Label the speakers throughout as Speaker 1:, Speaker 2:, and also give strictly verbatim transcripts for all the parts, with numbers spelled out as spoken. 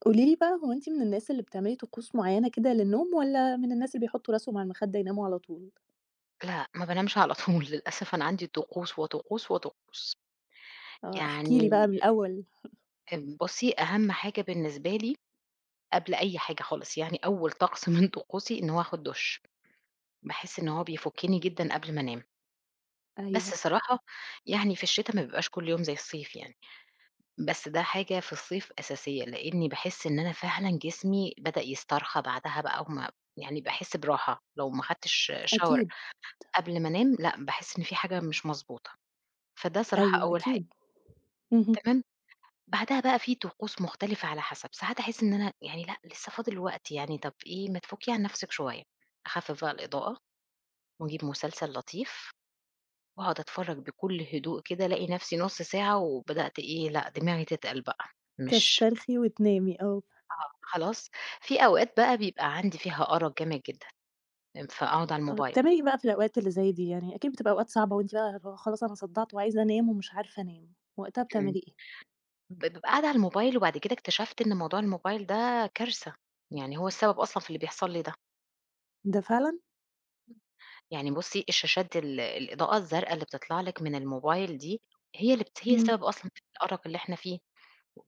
Speaker 1: قولي لي بقى هو أنتِ من الناس اللي بتعملي طقوس معيّنة كده للنوم، والّا من الناس اللي بيحطوا راسهم على المخدة يناموا على طول؟
Speaker 2: لأ، ما بانامش على طول. للأسف أنا عندي طقوس، وطقوس، وطقوس.
Speaker 1: آه، احكي لي
Speaker 2: يعني
Speaker 1: بقى من الأول.
Speaker 2: آمم بُصّي، أهم حاجة بالنسبة لي قبل أي حاجة خالص، يعني أول طقس من طقوسي إن هو آخُد دُش، باحس إن هو بيفُكِّني جدًا قبل ما أنام. بس
Speaker 1: أيوه،
Speaker 2: صراحة يعني في الشتا ما بيبقاش كل يوم زي الصيف يعني، بس ده حاجة في الصيف أساسية، لإني باحس إن أنا فعلًا جسمي بدأ يسترخى بعدها بقى وما يعني باحس براحة، لو ما خدتش shower
Speaker 1: أكيد.
Speaker 2: قبل ما أنام، لأ، باحس إن في حاجة مش مضبوطة، فده صراحة
Speaker 1: أيوه،
Speaker 2: أول حاجة.
Speaker 1: أكيد. اهم.
Speaker 2: تمام؟ بعدها بقى في طقوس مختلفة على حسب، ساعات أحس إن أنا يعني لأ، لسه فاضل وقت، يعني طَب إيه ما تفُكّي عن نَفْسِك شوية، أخفِّف بقى الإضاءة وأجيب مسلسل لطيف وأقعد أتفرّج بكل هدوء كده، ألاقي نَفْسي نُص ساعة وبدأت إيه، لأ دماغي تتقل بقى، مش
Speaker 1: تسترخي وتنامي، آه.
Speaker 2: آه، خلاص، في أوقات بقى بيبقى عندي فيها أرق جامد جدًا، فأقعد على
Speaker 1: آه،
Speaker 2: الموبايل،
Speaker 1: بتعملي إيه بقى في الأوقات اللي زي دي يعني؟ أكيد بتبقى أوقات صعبة وأنتِ بقى اللي هو خلاص أنا صدعت وعايزة أنام ومش عارفة أنام، وقتها
Speaker 2: إمم،
Speaker 1: بتعملي إيه؟
Speaker 2: ب بابقى قاعدة على الموبايل وبعد كده اكتشفت إن موضوع الموبايل ده كارثة، يعني هو السبب أصلًا في اللي بيحصل لي ده.
Speaker 1: ده فعلًا؟
Speaker 2: يعني بُصّي، الشاشات ال الإضاءة الزرقا اللي بتطلع لِك من الموبايل دي، هي اللي بت هي
Speaker 1: إمم.
Speaker 2: السبب أصلًا في الأرق اللي إحنا فيه،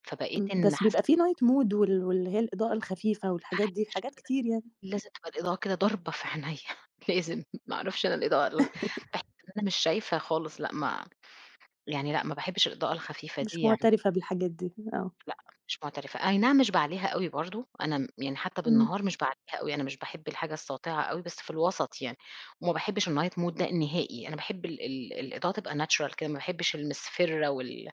Speaker 2: فبقيت
Speaker 1: إمم،
Speaker 2: إن
Speaker 1: بس
Speaker 2: حاسة
Speaker 1: بيبقى
Speaker 2: إن
Speaker 1: في night mood وال واللي هي الإضاءة الخفيفة والحاجات دي، في
Speaker 2: الشاشة
Speaker 1: حاجات
Speaker 2: ده
Speaker 1: كتير يعني.
Speaker 2: لازم تبقى الإضاءة كده ضاربة في عينيّا. لازم، ما أعرفش أنا الإضاءة ال باحس إن أنا مش شايفة خالص لأ، ما يعني لأ، ما باحبش الإضاءة الخفيفة دي
Speaker 1: مش
Speaker 2: يعني.
Speaker 1: معترفة بالحاجات دي، آه.
Speaker 2: مش معترفة، أي نعم مش باعليها أوي برضه، أنا م يعني حتى
Speaker 1: إمم.
Speaker 2: بالنهار مش باعليها أوي، أنا مش باحب الحاجة الساطعة أوي، بس في الوسط يعني، وما باحبش الnight mode ده نهائي، أنا باحب ال ال الإضاءة تبقى natural كده، ما باحبش المصفرة وال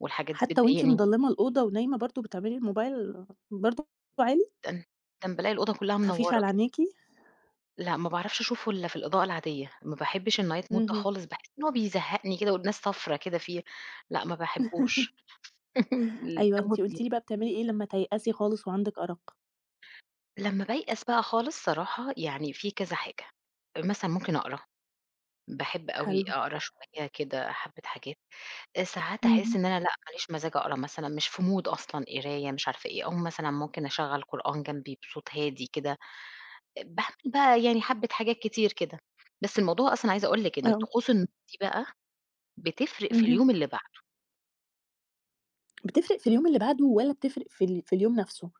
Speaker 2: والحاجات دي
Speaker 1: حتى وأنتِ
Speaker 2: بتضايقني
Speaker 1: مضلمة الأوضة ونايمة برضه بتعملي الموبايل برضه عالي؟ ما
Speaker 2: جدًا، جدًا، بالاقي الأوضة كلّها
Speaker 1: تخافيش
Speaker 2: منوّرة
Speaker 1: على
Speaker 2: كده،
Speaker 1: عينيكِ.
Speaker 2: لأ ما باعرفش أشوفه إلا في الإضاءة العادية، ما باحبش الnight mode ده
Speaker 1: اهم.
Speaker 2: خالص، باحس إن هو بيزهقني كده والناس صفرا كده فيه، لأ ما باحبوش ال
Speaker 1: أيوه،
Speaker 2: دمه
Speaker 1: أنتِ
Speaker 2: تقيل.
Speaker 1: قُلتِ لي بقى بتعملي إيه لمّا تيأسي خالص وعندِك أرق.
Speaker 2: لمّا بايأس بقى خالص صراحة يعني في كذا حاجة، مثلًا ممكن أقرا. باحب أوي
Speaker 1: حلو.
Speaker 2: أقرا شوية كده حبّة حاجات، آآ ساعات أحس
Speaker 1: اهم.
Speaker 2: إن أنا لأ، ما ليش مزاج أقرا مثلًا، مش في mood أصلًا قراية مش عارفة إيه، أقوم مثلًا ممكن أشغّل قرآن جنبي بصوت هادي كده، آه، باعمل بقى يعني حبّة حاجات كتير كده، بس الموضوع أصلًا عايزة أقول لِك إن
Speaker 1: آه.
Speaker 2: طقوس النوم دي بقى بتفرق في
Speaker 1: اهم.
Speaker 2: اليوم اللي بعده،
Speaker 1: بتفرق في اليوم اللي بعده والّا بتفرق في ال في اليوم نفسه؟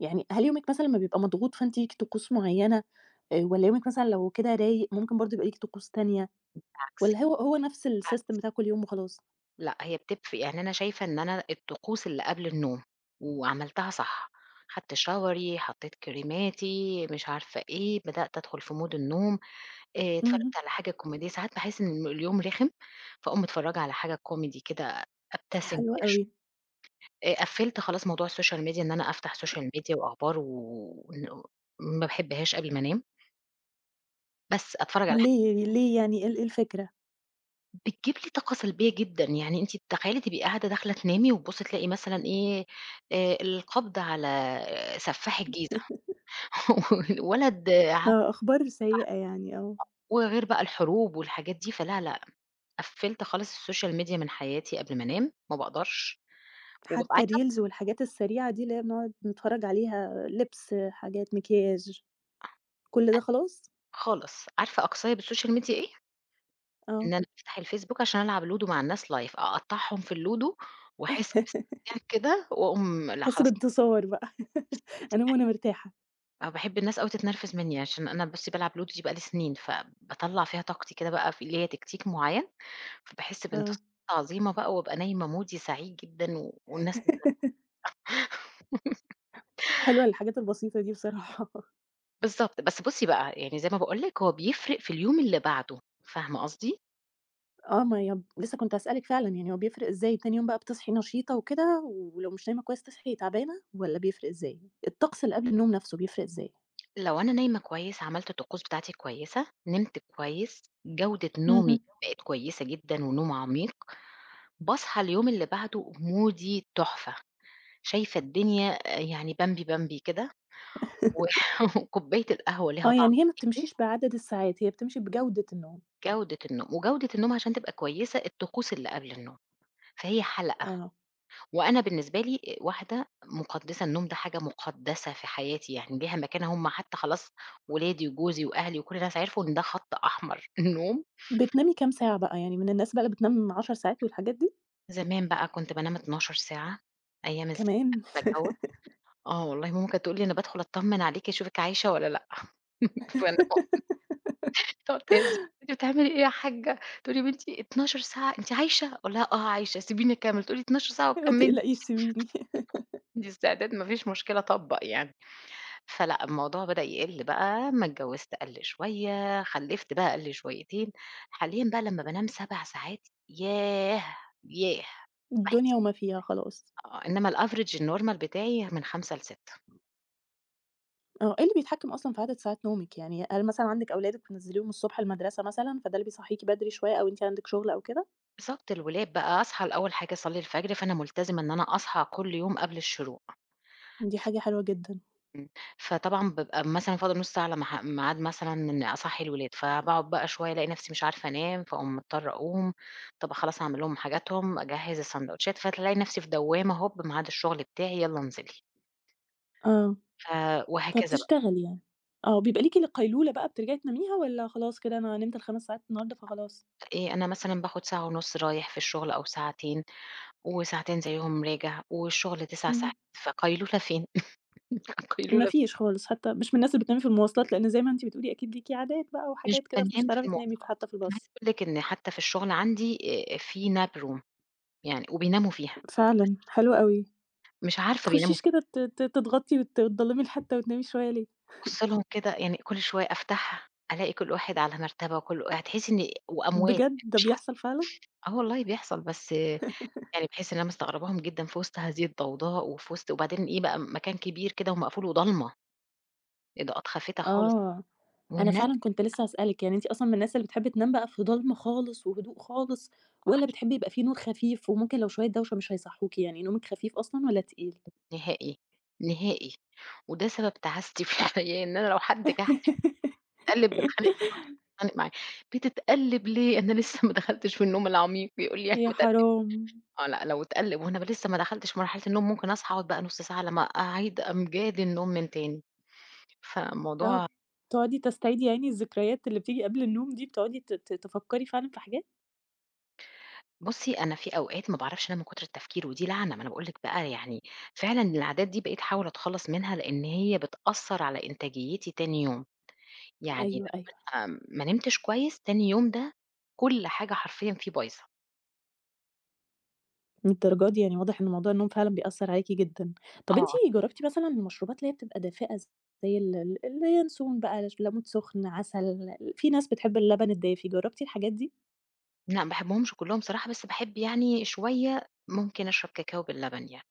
Speaker 1: يعني هل يومِك مثلًا لمّا بيبقى مضغوط فأنتِ ليكِ طقوس معيّنة، آآ والّا يومِك مثلًا لو كده رايق ممكن برضه يبقى ليكِ طقوس تانية،
Speaker 2: عكس
Speaker 1: والّا هو هو نفس الsystem بتاع كل يوم وخلاص؟
Speaker 2: لأ، هي بتفرق، يعني أنا شايفة إن أنا الطقوس اللي قبل النوم وعملتها صح، خدت شاوري، حطيت كريماتي، مش عارفة إيه، بدأت أدخل في mood النوم. آآ
Speaker 1: اهم.
Speaker 2: اتفرّجت على حاجة كوميدية، ساعات باحس إن الم اليوم رخم، فاقوم متفرّجة على حاجة كوميدي كده أبتسم
Speaker 1: حلو
Speaker 2: فيها شو
Speaker 1: أوي.
Speaker 2: آآ قفّلت خلاص موضوع الSocial Media، إن أنا أفتح Social Media وأخبار و ون ما باحبهاش قبل ما أنام، بس أتفرّج على ح
Speaker 1: ليه، ليه يعني، إيه ال إيه الفكرة؟
Speaker 2: بتجيب لي طاقة سلبية جدًا، يعني أنتِ تخيّلي تبقي قاعدة داخلة تنامي وتبُصّي تلاقي مثلًا إيه، آآ القبض على سفاح الجيزة والولد ع
Speaker 1: آه، أخبار سيئة يعني، آه.
Speaker 2: وغير بقى الحروب والحاجات دي، فلا، لأ، قفّلت خالص الSocial Media من حياتي قبل ما أنام، ما باقدرش. وبابقى
Speaker 1: حتى
Speaker 2: عايزة
Speaker 1: الreels
Speaker 2: أفصل
Speaker 1: والحاجات السريعة دي اللي هي بنقعد نتفرّج عليها، لِبْس، حاجات، مكياج، كل ده خلاص.
Speaker 2: خالص، عارفة أقصاي بالسوشيال ميديا إيه؟
Speaker 1: آه.
Speaker 2: إن أنا أفتح الفيسبوك عشان ألعب لودو مع الناس live أقطّعهم في اللودو وأحس باستمتاع كده وأقوم لأ
Speaker 1: أحس
Speaker 2: خلاص،
Speaker 1: بانتصار بقى. أنام وأنا مرتاحة.
Speaker 2: أنا باحب الناس أوي تتنرفز منّي، عشان أنا بُصّي بالعب لودو دي بقى لي سنين، فباطلّع فيها طاقتي كده بقى، في ليّا تكتيك معيّن، فباحس
Speaker 1: آه.
Speaker 2: بانتصارات عظيمة بقى وابقى نايمة مودي سعيد جدًا و والناس
Speaker 1: حلوة الحاجات البسيطة دي بصراحة.
Speaker 2: بالضبط، بس بُصّي بقى يعني زي ما باقول لِك هو بيفرق في اليوم اللي بعده، فاهمة قصدي؟
Speaker 1: آه، ما هي لسه كنت هاسألِك فعلًا، يعني هو بيفرق إزاي تاني يوم بقى، بتصحي نشيطة وكده، ولو مش نايمة كويس تصحي تعبانة، والّا بيفرق إزاي؟ الطقس اللي قبل النوم نَفْسه بيفرق إزاي؟
Speaker 2: لو أنا نايمة كويس، عملت الطقوس بتاعتي كويسة، نمت كويس، جودة نومي
Speaker 1: اهم.
Speaker 2: بقت كويسة جدًا ونوم عميق، باصحى اليوم اللي بعده مودي تحفة، شايفة الدنيا آآ يعني بمبي بمبي كده و وكوباية القهوة ليها
Speaker 1: آه،
Speaker 2: طعم
Speaker 1: يعني هي ما
Speaker 2: تاني،
Speaker 1: بتمشيش بعدد الساعات، هي بتمشي بجودة النوم.
Speaker 2: جودة النوم، وجودة النوم عشان تبقى كويسة الطقوس اللي قبل النوم، فهي حلقة،
Speaker 1: آه.
Speaker 2: وأنا بالنسبة لي آآ واحدة مقدسة، النوم ده حاجة مقدسة في حياتي، يعني ليها مكانة، هم حتى خلاص ولادي وجوزي وأهلي وكل الناس عرفوا إن ده خط أحمر، النوم
Speaker 1: بتنامي كام ساعة بقى؟ يعني من الناس بقى اللي بتنام عشر ساعات والحاجات دي؟
Speaker 2: زمان بقى كنت بانام اتناشر ساعة، أيام الس
Speaker 1: كمان!
Speaker 2: قبل ما أتجوز، آه والله ماما كانت تقول لي: "أنا بادخل أطمن عليكِ أشوفِك عايشة والّا لأ." فأنا مامتي تقعد تهزني: "أنتِ بتعملي إيه يا حاجة؟" تقول لي: "يا بنتي اتناشر ساعة أنتِ عايشة؟" أقول لها: "آه عايشة. سيبيني أكمل." تقول لي: "اتناشر ساعة
Speaker 1: ما
Speaker 2: وتكملي،
Speaker 1: تقلقيش سيبيني.
Speaker 2: عندي استعداد ما فيش مشكلة أطبّق يعني." فلأ الموضوع بدأ يقل بقى، أمّا اتجوزت قل شوية، خلّفت بقى قل شويتين، حاليًا بقى لمّا بانام سبع ساعات ياه! ياه! باحس
Speaker 1: الدنيا وما فيها خلاص.
Speaker 2: آه، إنما الaverage الnormal بتاعي من خمسة ل6.
Speaker 1: آه، إيه اللي بيتحكم أصلًا في عدد ساعات نومِك يعني؟ هل مثلًا عندِك أولادِك بتنزّليهم الصبح المدرسة مثلًا، فده اللي بيصحّيكِ بدري شوية، أو أنتِ عندِك شغل أو كده؟
Speaker 2: بالضبط، الولاد بقى أصحى لأول حاجة أصلّي الفجر، فأنا ملتزمة إن أنا أصحى كل يوم قبل الشروق،
Speaker 1: دي حاجة حلوة جدًا.
Speaker 2: إمم، فطبعًا بابقى مثلًا فاضل نُص ساعة على مح ميعاد مثلًا إني أصحّي الولاد، فباقعد بقى شوية ألاقي نفسي مش عارفة أنام، فاقوم مضطرة أقوم، طب خلاص هاعمل لهم حاجاتهم، أجهّز الساندوتشات، فتلاقي نفسي في دوّامة هوب ميعاد الشغل بتاعي يالّا انزلي،
Speaker 1: آه،
Speaker 2: ف وهكذا بقى،
Speaker 1: فبتشتغلي يعني. آه، بيبقى ليكِ ل قيلولة بقى بترجعي تناميها، والّا خلاص كده أنا نمت ال5 ساعات النهارده فخلاص؟
Speaker 2: إيه أنا مثلًا باخد ساعة ونُص رايح في الشغل أو ساعتين، وساعتين زيّهم راجع، والشغل تسع ساعات،
Speaker 1: اهم.
Speaker 2: فقيلولة فين؟
Speaker 1: ما
Speaker 2: قيلولة
Speaker 1: فيش خالص، حتى مش من الناس اللي بتنامي في المواصلات، لإن زي ما أنتِ بتقولي أكيد ليكِ عادات بقى
Speaker 2: مش
Speaker 1: وحاجات كده، فمش
Speaker 2: بانام في
Speaker 1: هتعرفي تنامي ف
Speaker 2: المؤتمرات،
Speaker 1: حتى في
Speaker 2: أنا
Speaker 1: الباص.
Speaker 2: عايزة أقول لِك إن حتى في الشغل عندي آآ في nap room يعني وبيناموا فيها،
Speaker 1: فعلًا، حلو أوي. ما
Speaker 2: مش عارفة بيناموا
Speaker 1: تخشيش
Speaker 2: فيها،
Speaker 1: كده ت ت تتغطي وت وتضلمي الحتة وتنامي شوية ليه؟
Speaker 2: بابُص لهم كده يعني كل شوية أفتحها ألاقي كل واحد على مرتبة وكل هتحسي إن وأموات،
Speaker 1: بجد ده
Speaker 2: مش حاسة
Speaker 1: بيحصل فعلًا؟
Speaker 2: آه والله بيحصل، بس يعني باحس إن أنا مستغرباهم جدًا في وسط هذه الضوضاء وفي وسط، وبعدين إيه بقى مكان كبير كده ومقفول وضلمة، إضاءات خافتة خالص
Speaker 1: آه، أنا
Speaker 2: والناس
Speaker 1: فعلًا كنت لسه هاسألِك، يعني أنتِ أصلًا من الناس اللي بتحب تنام بقى في ضلمة خالص وهدوء خالص،
Speaker 2: ما
Speaker 1: والّا
Speaker 2: بتوعيش
Speaker 1: بتحبي يبقى في نور خفيف وممكن لو شوية دوشة مش هيصحوكِ، يعني نومِك خفيف أصلًا والّا تقيل؟
Speaker 2: نهائي، نهائي، وده سبب تعاستي في الحقيقة، إن أنا لو حد جه بتتقلّب باتخانق معاه، باتخانق معاه، بتتقلّب ليه؟ أنا لسه ما دخلتش في النوم العميق، يقول لي يعني
Speaker 1: يا
Speaker 2: متقل
Speaker 1: حرام!
Speaker 2: آه لأ، لو اتقلّب وأنا ب لسه ما دخلتش في مرحلة النوم ممكن أصحى أقعد بقى نُص ساعة على ما أعيد أمجاد النوم من تاني،
Speaker 1: آه،
Speaker 2: فالموضوع
Speaker 1: بتقعدي تستعيدي يعني الذكريات اللي بتيجي قبل النوم دي، بتقعدي ت ت تفكّري فعلًا في حاجات؟
Speaker 2: بُصّي أنا في أوقات ما باعرفش أنام من كتر التفكير ودي لعنة، ما أنا باقول لِك بقى يعني فعلًا العادات دي بقيت أحاول أتخلّص منها لإن هي بتأثّر على إنتاجيتي تاني يوم، يعني
Speaker 1: أيوه، أيوه.
Speaker 2: لمّا أبقى ما نمتش كويس، تاني يوم ده كل حاجة حرفيًا فيه بايظة.
Speaker 1: للدرجة دي! يعني واضح إن موضوع النوم فعلًا بيأثّر عليكِ جدًا. طَب أنتِ
Speaker 2: آه.
Speaker 1: جرّبتِ مثلًا المشروبات اللي هي بتبقى دافئة زي ال ال اليانسون بقى، ليمون سُخن، عسل، في ناس بتحب اللبن الدافي، جرّبتِ الحاجات دي؟
Speaker 2: لأ، ما باحبهمش كلّهم صراحة، بس باحب يعني شوية ممكن أشرب كاكاو باللبن يعني،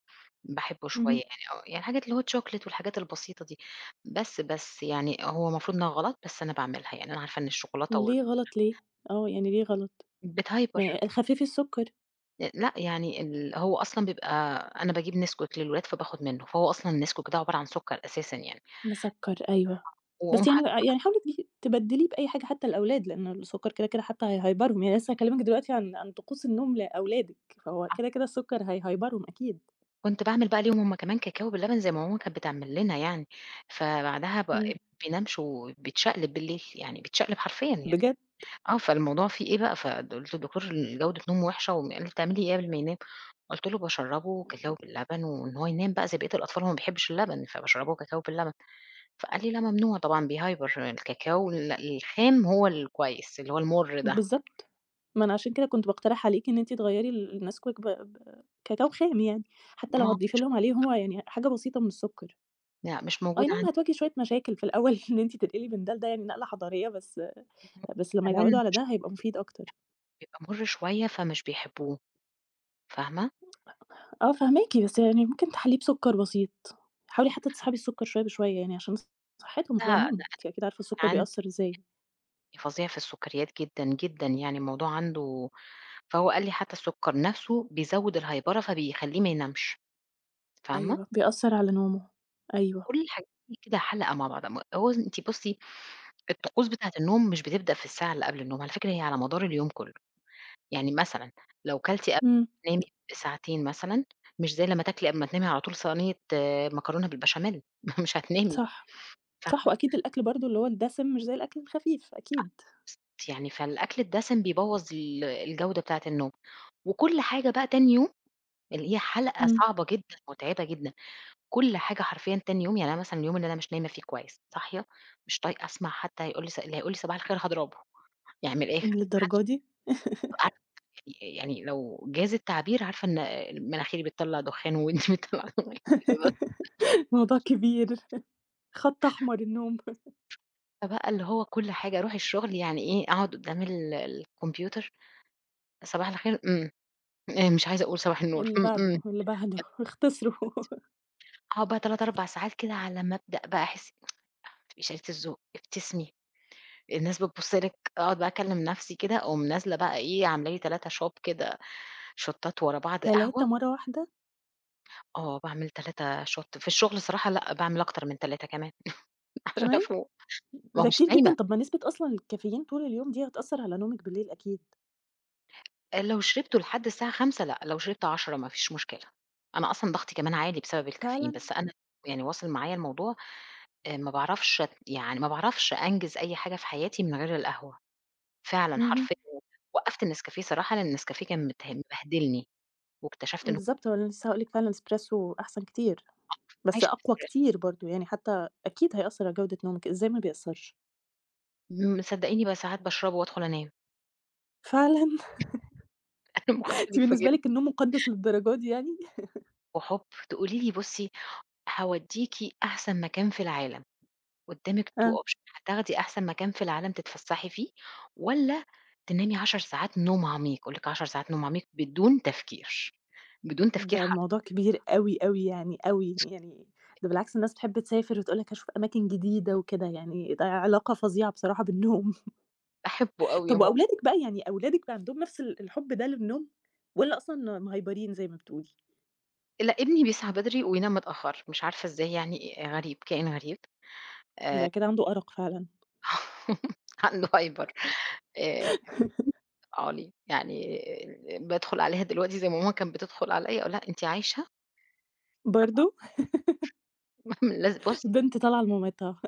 Speaker 2: باحبه شوية
Speaker 1: اهم.
Speaker 2: يعني آه، يعني الحاجات اللي هو الchocolate والحاجات البسيطة دي، بس بس يعني هو المفروض إنها غلط، بس أنا باعملها، يعني أنا عارفة إن الشوكولاتة وال
Speaker 1: ليه غلط، ليه؟ آه، يعني ليه غلط؟
Speaker 2: بتهيبر
Speaker 1: ما خفّفي السُكّر.
Speaker 2: آآ، لأ يعني ال هو أصلًا بيبقى، أنا باجيب نسكويك للولاد فباخد منه، فهو أصلًا النسكويك ده عبارة عن سكر أساسًا يعني،
Speaker 1: مسكّر، أيوه.
Speaker 2: واقوم
Speaker 1: بس يعني
Speaker 2: حاطة
Speaker 1: آه، يعني حاولي تجيبي تبدّليه بأي حاجة حتى الأولاد، لإن السُكّر كده كده حتى هيهيبرهم، يعني لسه هاكلّمِك دلوقتي عن عن طقوس النوم لأولادِك، فهو كده كده السُكّر هيهيبرهم أكيد.
Speaker 2: كنت باعمل بقى ليهم هُم كمان كاكاو باللبن زي ما ماما كانت بتعمل لنا يعني، فبعدها ب
Speaker 1: إمم.
Speaker 2: بينامش وبيتشقلب بالليل، يعني بيتشقلب حرفيًا يعني.
Speaker 1: بجد.
Speaker 2: آه، فالموضوع فيه إيه بقى، فقُلت للدكتور جودة نومه وِحشة وم قال لي: "بتعملي إيه قبل ما ينام؟" قُلت له: "باشرّبه كاكاو باللبن، وإن هو ينام بقى زي بقية الأطفال، هو ما بيحبش اللبن، فباشرّبه كاكاو باللبن." فقال لي: "لأ ممنوع طبعًا، بيهايبر، الكاكاو ال الخام هو الكويس اللي هو المُر ده."
Speaker 1: بالضبط. ما أنا عشان كده كنت باقترح عليكِ إن أنتِ تغيّري ال النسكويك ب ب كاكاو خام يعني، حتى
Speaker 2: ما
Speaker 1: لو
Speaker 2: هو
Speaker 1: هتضيفي
Speaker 2: مش
Speaker 1: لهم عليه هو يعني حاجة بسيطة من السُكّر.
Speaker 2: لأ، مش
Speaker 1: أي
Speaker 2: موجود
Speaker 1: نعم،
Speaker 2: عندي،
Speaker 1: هتواجهي شوية مشاكل في الأول. إن أنتِ تنقلي من ده لده يعني نقلة حضارية، بس بس لمّا
Speaker 2: كمان
Speaker 1: يتعوّدوا على ده هيبقى مفيد أكتر.
Speaker 2: بيبقى مُر شوية فمش بيحبوه، فاهمة؟
Speaker 1: آه، فاهماكِ، بس يعني ممكن تحلّيه بسُكّر بسيط، حاولي حتى تسحبي السُكّر شوية بشوية يعني عشان صحتهم في
Speaker 2: لأ،
Speaker 1: العموم،
Speaker 2: لأ
Speaker 1: أنتِ أكيد عارفة السُكّر
Speaker 2: عندي
Speaker 1: بيأثّر إزاي.
Speaker 2: فظيع في السكريات جدًا، جدًا يعني الموضوع عنده، فهو قال لي: "حتى السُكّر نَفْسه بيزوّد الهايبرة فبيخلّيه ما ينامش." فاهمة،
Speaker 1: أيوه، بيأثّر على نومه. أيوه.
Speaker 2: كل الحاجات دي كده حلقة مع بعضها، م هو أنتِ بُصّي الطقوس بتاعة النوم مش بتبدأ في الساعة اللي قبل النوم، على فكرة هي على مدار اليوم كله، يعني مثلًا لو كلتِ قبل
Speaker 1: إمم.
Speaker 2: ما تنامي بساعتين مثلًا، مش زي لمّا تاكلي قبل ما تنامي على طول صينية آه، مكرونة بالبشاميل، مش هتنامي،
Speaker 1: صح. صح،
Speaker 2: فاهمة،
Speaker 1: وأكيد الأكل برضه اللي هو الدسم مش زي الأكل الخفيف أكيد.
Speaker 2: بالضبط يعني فالأكل الدسم بيبوّظ ال الجودة بتاعة النوم، وكل حاجة بقى تاني يوم اللي هي حلقة
Speaker 1: إمم.
Speaker 2: صعبة جدًا، متعبة جدًا. كل حاجة حرفيًا تاني يوم، يعني أنا مثلًا اليوم اللي أنا مش نايمة فيه كويس، صاحية مش طايقة أسمع، حتى هيقول لي ص اللي هيقول لي صباح الخير هاضربه، يعني من الآخر ما
Speaker 1: للدرجة
Speaker 2: حدش
Speaker 1: دي!
Speaker 2: عارفة، يعني يعني لو جاز التعبير عارفة إن مناخيري بتطلّع دخان وودني بتطلّع دخان كده بس،
Speaker 1: موضوع كبير. خَط أحمر النوم.
Speaker 2: فبقى اللي هو كل حاجة أروح الشغل، يعني إيه أقعد قدام ال الكمبيوتر صباح الخير، إمم، آآ مش عايزة أقول صباح النور،
Speaker 1: اللي
Speaker 2: إمم،
Speaker 1: بعده،
Speaker 2: إمم،
Speaker 1: اللي بعده. اختصروا.
Speaker 2: أقعد بقى تلاتة، أربع ساعات كده على ما أبدأ بقى أحس بشهادة الذوق، ابتسمي. الناس بتبُص لِك، أقعد بقى أكلّم نَفْسي كده، أقوم نازلة بقى إيه، عاملة لي تلات shot كده، شوتّات ورا بعض
Speaker 1: تلات
Speaker 2: قهوة،
Speaker 1: مرّة واحدة!
Speaker 2: آه، باعمل تلات shot في الشغل صراحة، لأ، باعمل أكتر من تلاتة كمان عشان
Speaker 1: كمان!
Speaker 2: أفوق، ما هو
Speaker 1: ده
Speaker 2: مش
Speaker 1: كتير
Speaker 2: نايمة،
Speaker 1: جدًا. طَب ما نسبة أصلًا الكافيين طول اليوم دي هتأثّر على نومِك بالليل أكيد.
Speaker 2: آآ لو شربته لحد الساعة الخامسة لأ، لو شربت العاشرة ما فيش مشكلة، أنا أصلًا ضغطي كمان عالي بسبب الcaffeine،
Speaker 1: فعلًا.
Speaker 2: بس أنا يعني واصل معايا الموضوع، آآ ما باعرفش أت يعني ما باعرفش أنجز أي حاجة في حياتي من غير القهوة، فعلًا
Speaker 1: اهم.
Speaker 2: حرفيًا وقّفت النسكافيه صراحة، لإن النسكافيه كان مته مبهدلني، واكتشفت إن هو
Speaker 1: بالضبط، هو اللي أنا لسه هاقول لِك فعلًا الإسبريسو أحسن كتير، بس
Speaker 2: عايشة في
Speaker 1: أقوى كتير برضه، يعني حتى أكيد هيأثّر على جودة نومِك، إزاي ما بيأثّرش؟
Speaker 2: امم، صدقيني بقى ساعات باشربه وأدخل أنام،
Speaker 1: فعلًا.
Speaker 2: أنا
Speaker 1: أنتِ
Speaker 2: مختلفة
Speaker 1: بالنسبة
Speaker 2: جدًا.
Speaker 1: لِك النوم مُقدّس للدرجة دي يعني؟
Speaker 2: وحُب، تقولي لي بُصّي هاوديكِ أحسن مكان في العالم، قدامِك two
Speaker 1: آه.
Speaker 2: option، هتاخدي أحسن مكان في العالم تتفسحي فيه، والّا تنامي عشر ساعات نوم عميق، أقول لِك عشر ساعات نوم عميق بدون تفكير، بدون تفكير
Speaker 1: ده
Speaker 2: حرفيًا،
Speaker 1: الموضوع كبير أوي، أوي، يعني أوي، يعني ده بالعكس، الناس بتحب تسافر وتقول لك هاشوف أماكن جديدة وكده، يعني ده علاقة فظيعة بصراحة بالنوم.
Speaker 2: باحبه أوي يا
Speaker 1: طب
Speaker 2: ماما.
Speaker 1: وأولادِك بقى، يعني أولادِك بقى عندهم نفس ال الحُب ده للنوم، والّا أصلًا مهيبرين زي ما بتقولي؟
Speaker 2: لأ ابني بيصحى بدري وينام متأخر، مش عارفة إزاي، يعني غريب، كائن غريب
Speaker 1: ده كده عنده أرق فعلًا.
Speaker 2: عنده هايبر آآ عالي، يعني بادخل عليها دلوقتي زي ما ماما كانت بتدخل عليَّ أقول لها: "أنتِ عايشة؟"
Speaker 1: برضه؟
Speaker 2: لازم بُصّي،
Speaker 1: البنت طالعة لمامتها.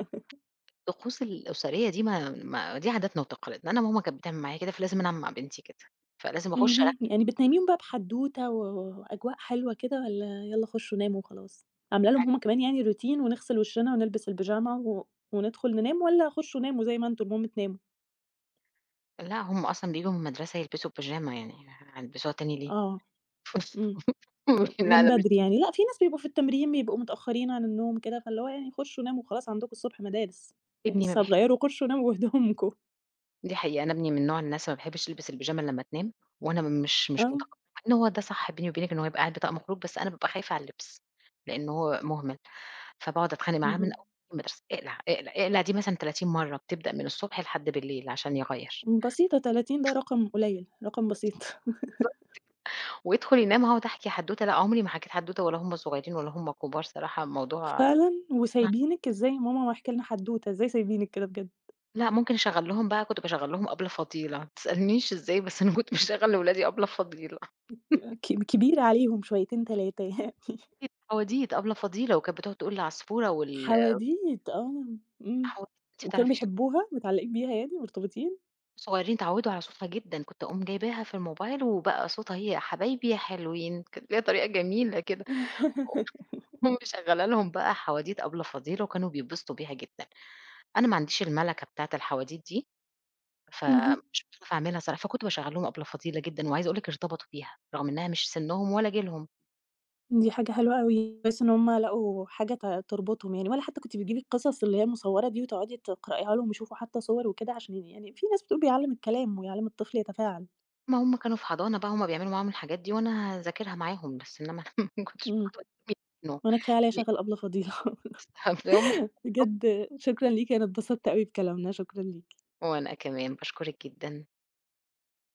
Speaker 2: الطقوس الأسرية دي ما ما دي عاداتنا وتقاليدنا، أنا ماما كانت بتعمل معايا كده، فلازم أنا أعمل مع بنتي كده، فلازم أخش
Speaker 1: اهم.
Speaker 2: أركِّز
Speaker 1: يعني بتنيّميهم بقى بحدوتة و وأجواء حلوة كده، والّا يالّا خشّوا ناموا وخلاص؟ عاملة لهم
Speaker 2: حاجة
Speaker 1: هم كمان يعني روتين، ونغسل وشّنا ونلبس البيجامة و وندخل ننام، والّا خشّوا ناموا زي ما أنتم المهم تناموا؟
Speaker 2: لا هُم أصلًا بييجوا من المدرسة يلبسوا بيجامة يعني، هيلبسوها تاني ليه؟
Speaker 1: آه. إمم.
Speaker 2: لا،
Speaker 1: من
Speaker 2: لا مش
Speaker 1: بدري يعني. لأ، في ناس بيبقوا في التمرين بيبقوا متأخرين عن النوم كده، فاللي هو يعني خشّوا ناموا وخلاص عندكم الصبح مدارس،
Speaker 2: ابني ما
Speaker 1: لسه
Speaker 2: بيحبش
Speaker 1: هتغيّروا خشّوا ناموا بهدومكم.
Speaker 2: دي حقيقة، أنا ابني من نوع الناس ما باحبش ألبس البيجامة لمّا تنام، وأنا مش مش
Speaker 1: آه.
Speaker 2: متقبلة إن هو ده صح، بيني وبينك إن هو يبقى قاعد بطقم خروج، بس أنا بابقى خايفة على اللبس، لإن هو مهمل، فباقعد أتخانق معاه من
Speaker 1: اهم.
Speaker 2: أول يوم مدرسة، اقلع، اقلع، اقلع دي مثلًا تلاتين مرة، بتبدأ من الصبح لحد بالليل عشان يغيّر،
Speaker 1: بسيطة، تلاتين ده رقم قليل، رقم بسيط.
Speaker 2: بالضبط. ويدخل ينام أقعد أحكي حدوتة، لأ عمري ما حكيت حدوتة ولا هُم صغيرين ولا هُم كبار، صراحة الموضوع،
Speaker 1: فعلًا؟ وسايبينِك؟ إزاي ماما ما احكي لنا حدوتة؟ إزاي سايبينِك كده بجد؟
Speaker 2: لأ ممكن أشغّل لهم، بقى كنت باشغّل لهم أبلة فضيلة، ما تسألنيش إزاي، بس أنا كنت باشغّل لولادي أبلة فضيلة.
Speaker 1: ك كبيرة عليهم شويتين. تلاتة.
Speaker 2: بتعوّديه، دي أبلة فضيلة، وكانت بتقعد تقول العصفورة وال
Speaker 1: حواديت، آه. إمم.
Speaker 2: حو- أنتِ ما
Speaker 1: وكانوا
Speaker 2: تعرفيش،
Speaker 1: بيحبوها، متعلقين بيها يعني، مرتبطين.
Speaker 2: صغيرين اتعوّدوا على صوتها جدًا، كنت أقوم جايباها في الموبايل وبقى صوتها هي، يا حبايبي يا حلوين، كانت ليها طريقة جميلة كده، وأقوم مشغّلة لهم بقى حواديت أبلة فضيلة وكانوا بيتبسطوا بيها جدًا، أنا ما عنديش المَلَكة بتاعة الحواديت دي،
Speaker 1: اهم.
Speaker 2: فمش باعرف أعملها صراحة، فكنت باشغّل لهم أبلة فضيلة جدًا، وعايزة أقول لِك ارتبطوا بيها، رغم إنها مش سِنّهم ولا جيلهم،
Speaker 1: دي حاجة حلوة أوي، كويس إن هُم لقوا حاجة ت تربطهم يعني، والّا حتى كنتِ بتجيبي القصص اللي هي مصورة دي وتقعدي تقرأيها لهم ويشوفوا حتى صور وكده، عشان يعني في ناس بتقول بيعلّم الكلام ويعلّم الطفل يتفاعل.
Speaker 2: أمّا هُم كانوا في حضانة بقى هُم بيعملوا معاهم الحاجات دي وأنا هاذاكرها معاهم، بس إنّما أنا ما كنتش
Speaker 1: إمم.
Speaker 2: كنت بتمي- منه.
Speaker 1: وأنا كفاية عليَّ شغل أبلة فضيلة.
Speaker 2: حافظاهم.
Speaker 1: بجد شكرًا ليكِ، أنا اتبسطت أوي بكلامنا، شكرًا ليكِ.
Speaker 2: وأنا كمان باشكرِك جدًا.